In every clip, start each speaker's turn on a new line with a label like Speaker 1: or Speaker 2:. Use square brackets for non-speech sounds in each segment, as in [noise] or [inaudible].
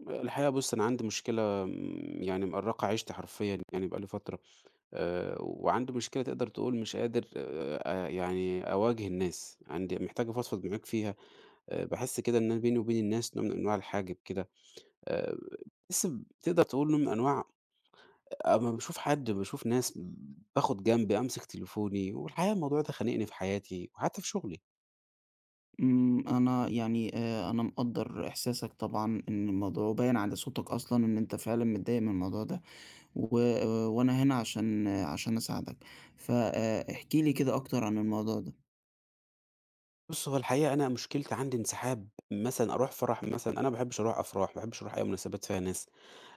Speaker 1: الحقيقة بُص، أنا عندي مشكلة يعني مأرّقة عيشتي حرفيًا يعني بقى لي فترة، وعندي مشكلة تقدر تقول مش قادر يعني أواجه الناس، عندي محتاج أفضفض معاك فيها، باحس كده إن أنا بيني وبين الناس نوع من أنواع الحاجب كده، آآ باحس تقدر تقول نوع من أنواع أمّا باشوف ناس باخد جنبي، أمسك تليفوني، والحقيقة الموضوع ده خانقني في حياتي وحتى في شغلي.
Speaker 2: أنا يعني أنا مقدّر إحساسك طبعًا إن الموضوع وباين على صوتك أصلًا إن أنت فعلًا متضايق من الموضوع ده، و وأنا هنا عشان عشان أساعدك، ف احكِ لي كده أكتر عن الموضوع ده.
Speaker 1: بُص، هو الحقيقة أنا مشكلتي عندي انسحاب، مثلًا أروح فرح مثلًا أنا ما باحبش أروح أفراح، ما باحبش أروح أي مناسبات فيها ناس.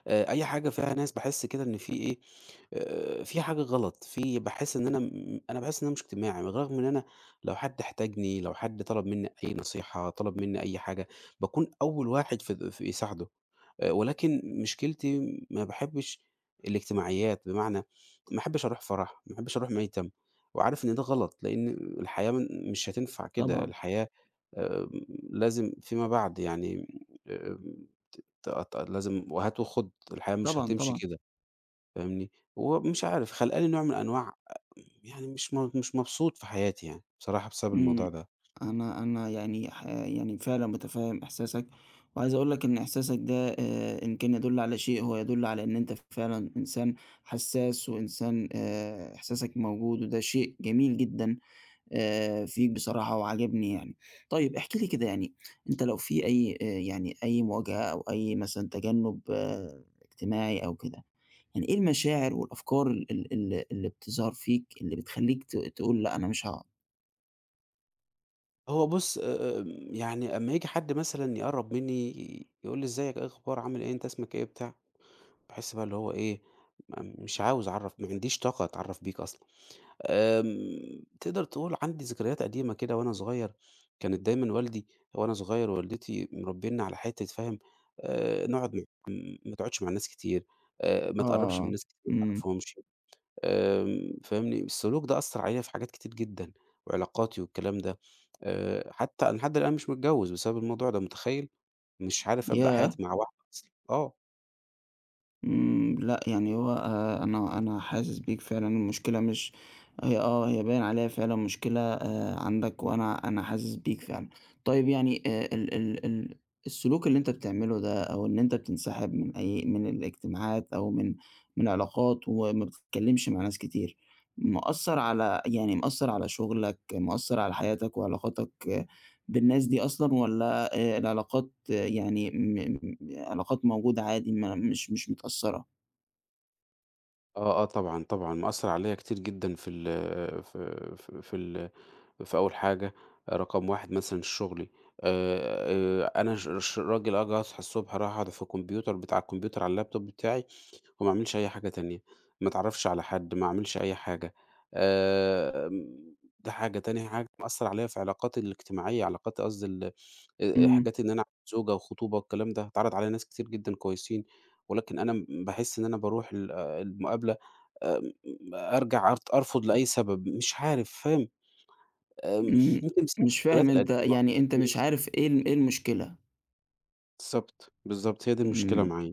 Speaker 1: أي حاجة فيها ناس باحس كده إن في إيه، في حاجة غلط، باحس إن أنا باحس إن أنا مش اجتماعي، بالرغم إن أنا لو حد احتاجني، لو حد طلب منّي أي نصيحة، طلب منّي أي حاجة، باكون أول واحد في يساعده، ولكن مشكلتي ما باحبش الاجتماعيات، بمعنى ما احبش أروح فرح، ما احبش أروح ميتم، وعارف إن ده غلط، لإن الحياة مش هتنفع كده،
Speaker 2: طبعًا،
Speaker 1: الحياة آآ لازم فيما بعد يعني آآ ت ت لازم وهات وخُد، الحياة مش
Speaker 2: طبعًا،
Speaker 1: هتمشي
Speaker 2: طبعًا.
Speaker 1: كده، فاهمني؟ ومش عارف خلقاني نوع من أنواع يعني مش مبسوط في حياتي يعني بصراحة بسبب
Speaker 2: إمم،
Speaker 1: الموضوع ده.
Speaker 2: أنا يعني يعني فعلًا متفهم إحساسك، وعايز أقول لك إن إحساسك ده إن كان يدل على شيء هو يدل على إن أنت فعلًا إنسان حساس وإنسان، إحساسك موجود وده شيء جميل جدًا. فيك بصراحة وعاجبني يعني. طيب احكِ لي كده يعني أنت لو في أي مواجهة أو أي مثلًا تجنُّب اجتماعي أو كده، يعني إيه المشاعر والأفكار ال ال ال اللي بتظهر فيك اللي بتخلّيك تقول لأ أنا مش هاقعد؟
Speaker 1: هو بُص يعني أمّا ييجي حد مثلًا يقرّب منّي يقول لي: "إزيك، إيه الأخبار، عامل إيه، أنت اسمك إيه،" بتاع، باحس بقى اللي هو إيه، مش عاوز أعرّف ما عنديش طاقة أتعرّف بيك أصلًا. تقدر تقول عندي ذكريات قديمة كده وأنا صغير، كانت دايمًا وأنا صغير والدتي مربّينا على حتّة فاهم، نقعد مع- م ما تقعدش مع ناس كتير، ما تقرّبش من
Speaker 2: آه.
Speaker 1: ناس كتير ما
Speaker 2: إمم.
Speaker 1: تعرفهمش، فاهمني، السلوك ده أثّر عليَّ في حاجات كتير جدًا، وعلاقاتي والكلام ده، حتّى أنا لحد الآن مش متجوّز بسبب الموضوع ده متخيّل؟ مش عارف أبدأ
Speaker 2: ياه!
Speaker 1: حياتي مع واحدة أصلًا، آه.
Speaker 2: لأ، يعني هو أنا حاسس بيك فعلًا. المشكلة مش هي باين عليها فعلًا مشكلة عندك، وأنا أنا حاسس بيك فعلًا. طيب يعني ال ال ال السلوك اللي أنت بتعمله ده، أو إن أنت بتنسحب من أي من الاجتماعات أو من علاقات، وما بتتكلّمش مع ناس كتير، مأثّر على شغلك، مأثّر على حياتك وعلاقاتك بالناس دي أصلًا، والّا العلاقات يعني م م علاقات موجودة عادي ما مش مش متأثّرة؟
Speaker 1: آه، آه، طبعًا، طبعًا، مأثّر عليَّ كتير جدًا في ال في في في ال في أول حاجة، رقم 1 مثلًا شغلي، أنا ش ش راجل آجي أصحى الصبح أروح أقعد في الكمبيوتر بتاع الكمبيوتر على اللابتوب بتاعي وما أعملش أي حاجة تانية، ما أتعرّفش على حد، ما أعملش أي حاجة، آآ، ده حاجة، تاني حاجة مأثّر عليَّ في علاقاتي الاجتماعية، علاقاتي قصدي ال
Speaker 2: إمم،
Speaker 1: حاجات إن أنا أعمل زوجة وخطوبة والكلام ده، اتعرض عليَّ ناس كتير جدًا كويسين، ولكن أنا باحس إن أنا باروح ال المقابلة آمم، أرجع أرفض لأي سبب، مش عارف، فاهم، آمم،
Speaker 2: إمم،
Speaker 1: يمكن بسبب
Speaker 2: مش
Speaker 1: الذكريات
Speaker 2: فاهم أنت،
Speaker 1: القديمة.
Speaker 2: يعني أنت مش
Speaker 1: أيوه،
Speaker 2: عارف إيه المشكلة.
Speaker 1: بالضبط، بالضبط، هي دي المشكلة
Speaker 2: إمم،
Speaker 1: معايا.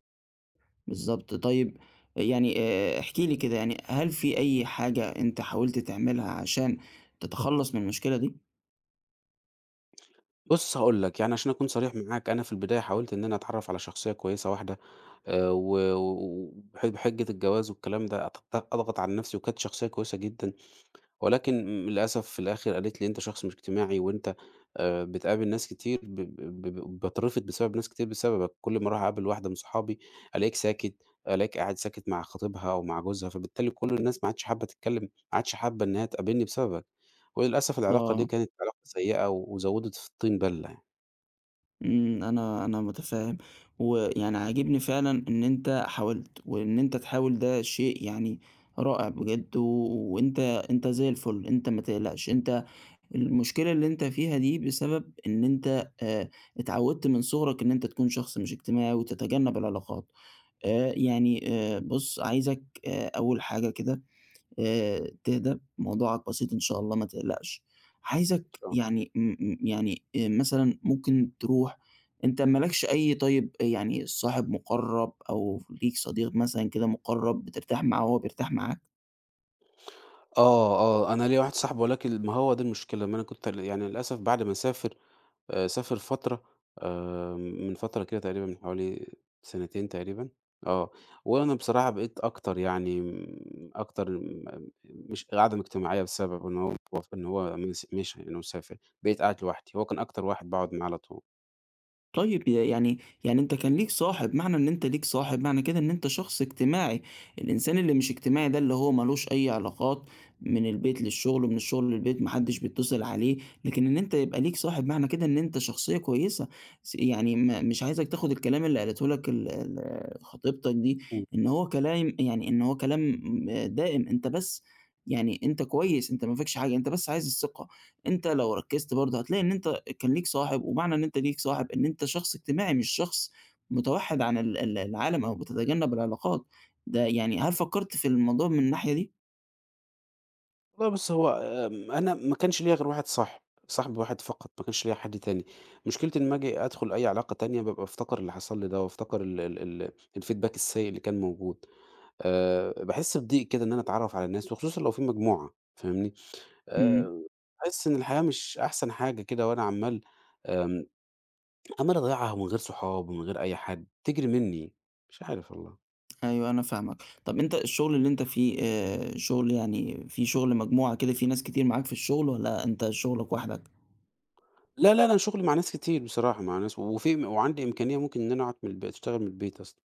Speaker 2: بالضبط. طيب يعني احكِ لي كده، يعني هل في أي حاجة أنت حاولت تعملها عشان تتخلّص من المشكلة دي؟
Speaker 1: بُص هاقول لك، يعني عشان أكون صريح معاك، أنا في البداية حاولت إن أنا أتعرف على شخصية كويسة واحدة، و و- وبح بحجة الجواز والكلام ده أضغط على نفسي، وكانت شخصية كويسة جدًا. ولكن للأسف في الآخر قالت لي: "أنت شخص مش اجتماعي وأنت بتقابل ناس كتير ب ب ب باترفض بسبب ناس كتير بسببك، كل ما أروح أقابل واحدة من صحابي ألاقيك ساكت، ألاقيك قاعد ساكت مع خطيبها أو مع جوزها، فبالتالي كل الناس ما عادش حابة تتكلم، ما عادش حابة إنها تقابلني بسببك." وللأسف العلاقة دي
Speaker 2: آه.
Speaker 1: كانت علاقة سيئة وزودت في الطين بلة يعني.
Speaker 2: أنا متفهّم، ويعني عاجبني فعلًا إن أنت حاولت، وإن أنت تحاول ده شيء يعني رائع بجد. و وأنت أنت زي الفل، أنت ما تقلقش، أنت المشكلة اللي أنت فيها دي بسبب إن أنت اتعودت من صغرك إن أنت تكون شخص مش اجتماعي وتتجنب العلاقات. يعني بُص، عايزك أول حاجة كده تهدى، موضوعك بسيط إن شاء الله، ما تقلقش. عايزك
Speaker 1: إن شاء الله.
Speaker 2: يعني م م يعني مثلًا ممكن تروح، أنت ما لكش أي، طيب يعني صاحب مُقرّب أو ليك صديق مثلًا كده مُقرّب بترتاح معاه وهو بيرتاح معاك؟
Speaker 1: آه، آه، أنا ليّا واحد صاحبي ولكن ما هو دي المشكلة، ما أنا كنت يعني للأسف بعد ما سافر سافر فترة من فترة كده تقريبًا من حوالي سنتين تقريبًا، آه. وأنا بصراحة بقيت أكتر يعني أكتر مش عدم اجتماعية بسبب إن هو مشي إنه سافر، بقيت قاعد لوحدي، هو كان أكتر واحد باقعد معاه على طول.
Speaker 2: طيب، ي يعني يعني أنت كان ليك صاحب، معنى إن أنت ليك صاحب، معنى كده إن أنت شخص اجتماعي. الإنسان اللي مش اجتماعي ده اللي هو ما لوش أي علاقات، من البيت للشغل ومن الشغل للبيت، ما حدش بيتصل عليه، لكن إن أنت يبقى ليك صاحب، معنى كده إن أنت شخصية كويسة. يعني ما مش عايزك تاخد الكلام اللي قالته لك ال ال خطيبتك دي
Speaker 1: إمم.
Speaker 2: إن هو كلام دائم. أنت بس يعني أنت كويس، أنت ما فيكش حاجة، أنت بس عايز الثقة. أنت لو ركزت برضه هتلاقي إن أنت كان ليك صاحب، ومعنى إن أنت ليك صاحب إن أنت شخص اجتماعي مش شخص متوحِّد عن ال ال العالم أو بتتجنب العلاقات. ده يعني، هل فكّرت في الموضوع من الناحية دي؟
Speaker 1: والله بُص هو أنا ما كانش ليّا غير واحد صاحب، صاحب واحد فقط، ما كانش ليّا حد تاني. مشكلتي لمّا آجي أدخل أي علاقة تانية بابقى بافتكر اللي حصل لي ده، وافتكر ال ال ال الfeedback السيء اللي كان موجود. باحس بضيق كده إن أنا أتعرّف على الناس وخصوصًا لو في مجموعة فاهمني،
Speaker 2: إمم،
Speaker 1: آآ باحس إن الحياة مش أحسن حاجة كده وأنا عمّال آمم، عمّال أضيّعها من غير صحاب ومن غير أي حد، بتجري منّي، مش عارف والله.
Speaker 2: أيوه، أنا فاهمك. طَب أنت الشغل اللي أنت فيه شغل، يعني في شغل مجموعة كده، في ناس كتير معاك في الشغل، والّا أنت شغلك وحدك؟
Speaker 1: لا، لا، أنا شغلي مع ناس كتير بصراحة، مع ناس وفي وعندي إمكانية ممكن إن أنا أقعد من أشتغل من البيت أصلًا.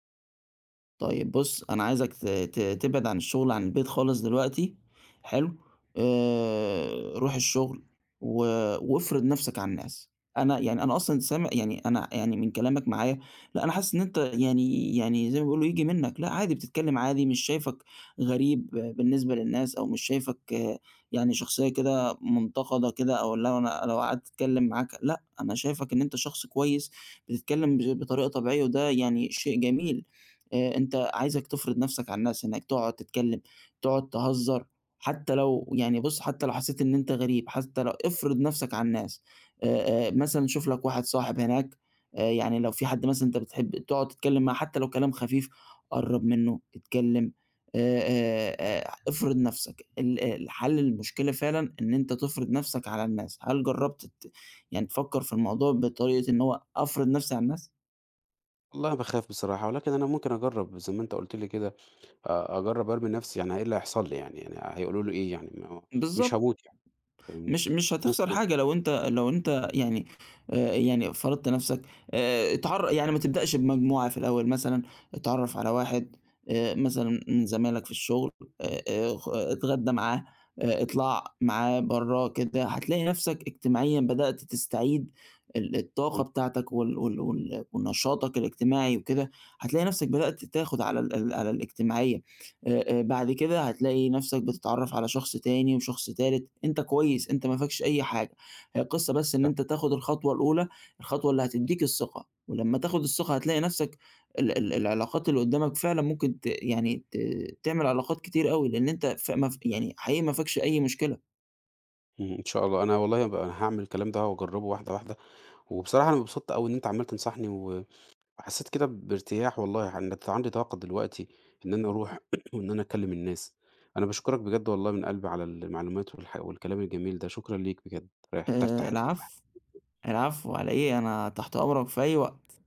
Speaker 2: طيب بُص، أنا عايزك ت ت تبعد عن الشغل عن البيت خالص دلوقتي، حلو؟ روح الشغل و وافرض نَفْسك على الناس. أنا يعني أنا أصلًا سامع، يعني أنا يعني من كلامك معايا، لأ، أنا حاسس إن أنت يعني زي ما بيقولوا ييجي منّك، لأ عادي، بتتكلم عادي، مش شايفك غريب بالنسبة للناس، أو مش شايفك يعني شخصية كده مُنتقدة كده، أو اللي هو أنا لو قعدت أتكلم معاك، لأ، أنا شايفك إن أنت شخص كويس، بتتكلم بطريقة طبيعية، وده يعني شيء جميل. أنت، عايزك تفرض نَفْسك على الناس، إنّك تقعد تتكلّم، تقعد تهزّر. حتّى لو حسّيت إن أنت غريب، حتّى لو، افرض نَفْسك على الناس. آآ مثلًا شوف لك واحد صاحب هناك، يعني لو في حد مثلًا أنت بتحب تقعد تتكلّم معاه حتّى لو كلام خفيف، قرّب منّه، اتكلّم. افرض نَفْسك. ال ال حَل المشكلة فعلًا إن أنت تفرض نَفْسك على الناس. هل جرّبت يعني تفكّر في الموضوع بطريقة إن هو أفرض نَفْسي على الناس؟
Speaker 1: والله باخاف بصراحة، ولكن أنا ممكن أجرّب زي ما أنت قُلت لي كده، أجرّب أرمي نَفْسي يعني إيه اللي هيحصل لي يعني، يعني هيقولوا لي إيه يعني ما هو مش
Speaker 2: بالضبط.
Speaker 1: هاموت يعني فاهمني؟
Speaker 2: مش هتخسر
Speaker 1: ممكن.
Speaker 2: حاجة لو أنت يعني فرضت نَفْسك. اتعر يعني ما تبدأش بمجموعة في الأول مثلًا، اتعرّف على واحد مثلًا من زمايلك في الشغل، خ اتغدّى معاه، اطلع معاه برّه كده، هتلاقي نَفْسك اجتماعيًا بدأت تستعيد الطاقة
Speaker 1: إمم.
Speaker 2: بتاعتك، وال وال وال ونشاطك الاجتماعي وكده، هتلاقي نَفْسك بدأت تاخُد على ال ال على الاجتماعية. بعد كده هتلاقي نفْسك بتتعرّف على شخص تاني وشخص تالت، أنت كويس، أنت ما فيكش أي حاجة، هي القصّة بس إن أنت تاخد الخطوة الأولى، الخطوة اللي هتدّيك الثقة، ولمّا تاخد الثقة هتلاقي نفْسك ال ال العلاقات اللي قدّامك فعلًا، ممكن ت يعني ت تعمل علاقات كتير أوي، لإن أنت ف ما ف يعني حقيقي ما فيكش أي مشكلة.
Speaker 1: إمم، إن شاء الله، أنا والله هاعمل الكلام ده وأجرّبه واحدة واحدة، وبصراحة أنا انبسطت أوي إن أنت عمّال تنصحني وحسّيت كده بارتياح والله، إن أنا عندي طاقة دلوقتي إن أنا أروح [clears throat] وإن أنا أكلّم الناس. أنا باشكرك بجد والله من قلبي على المعلومات والكلام الجميل ده، شكرًا ليك بجد، ارتحت
Speaker 2: العفو، العفو على إيه، أنا تحت أمرك في أي وقت.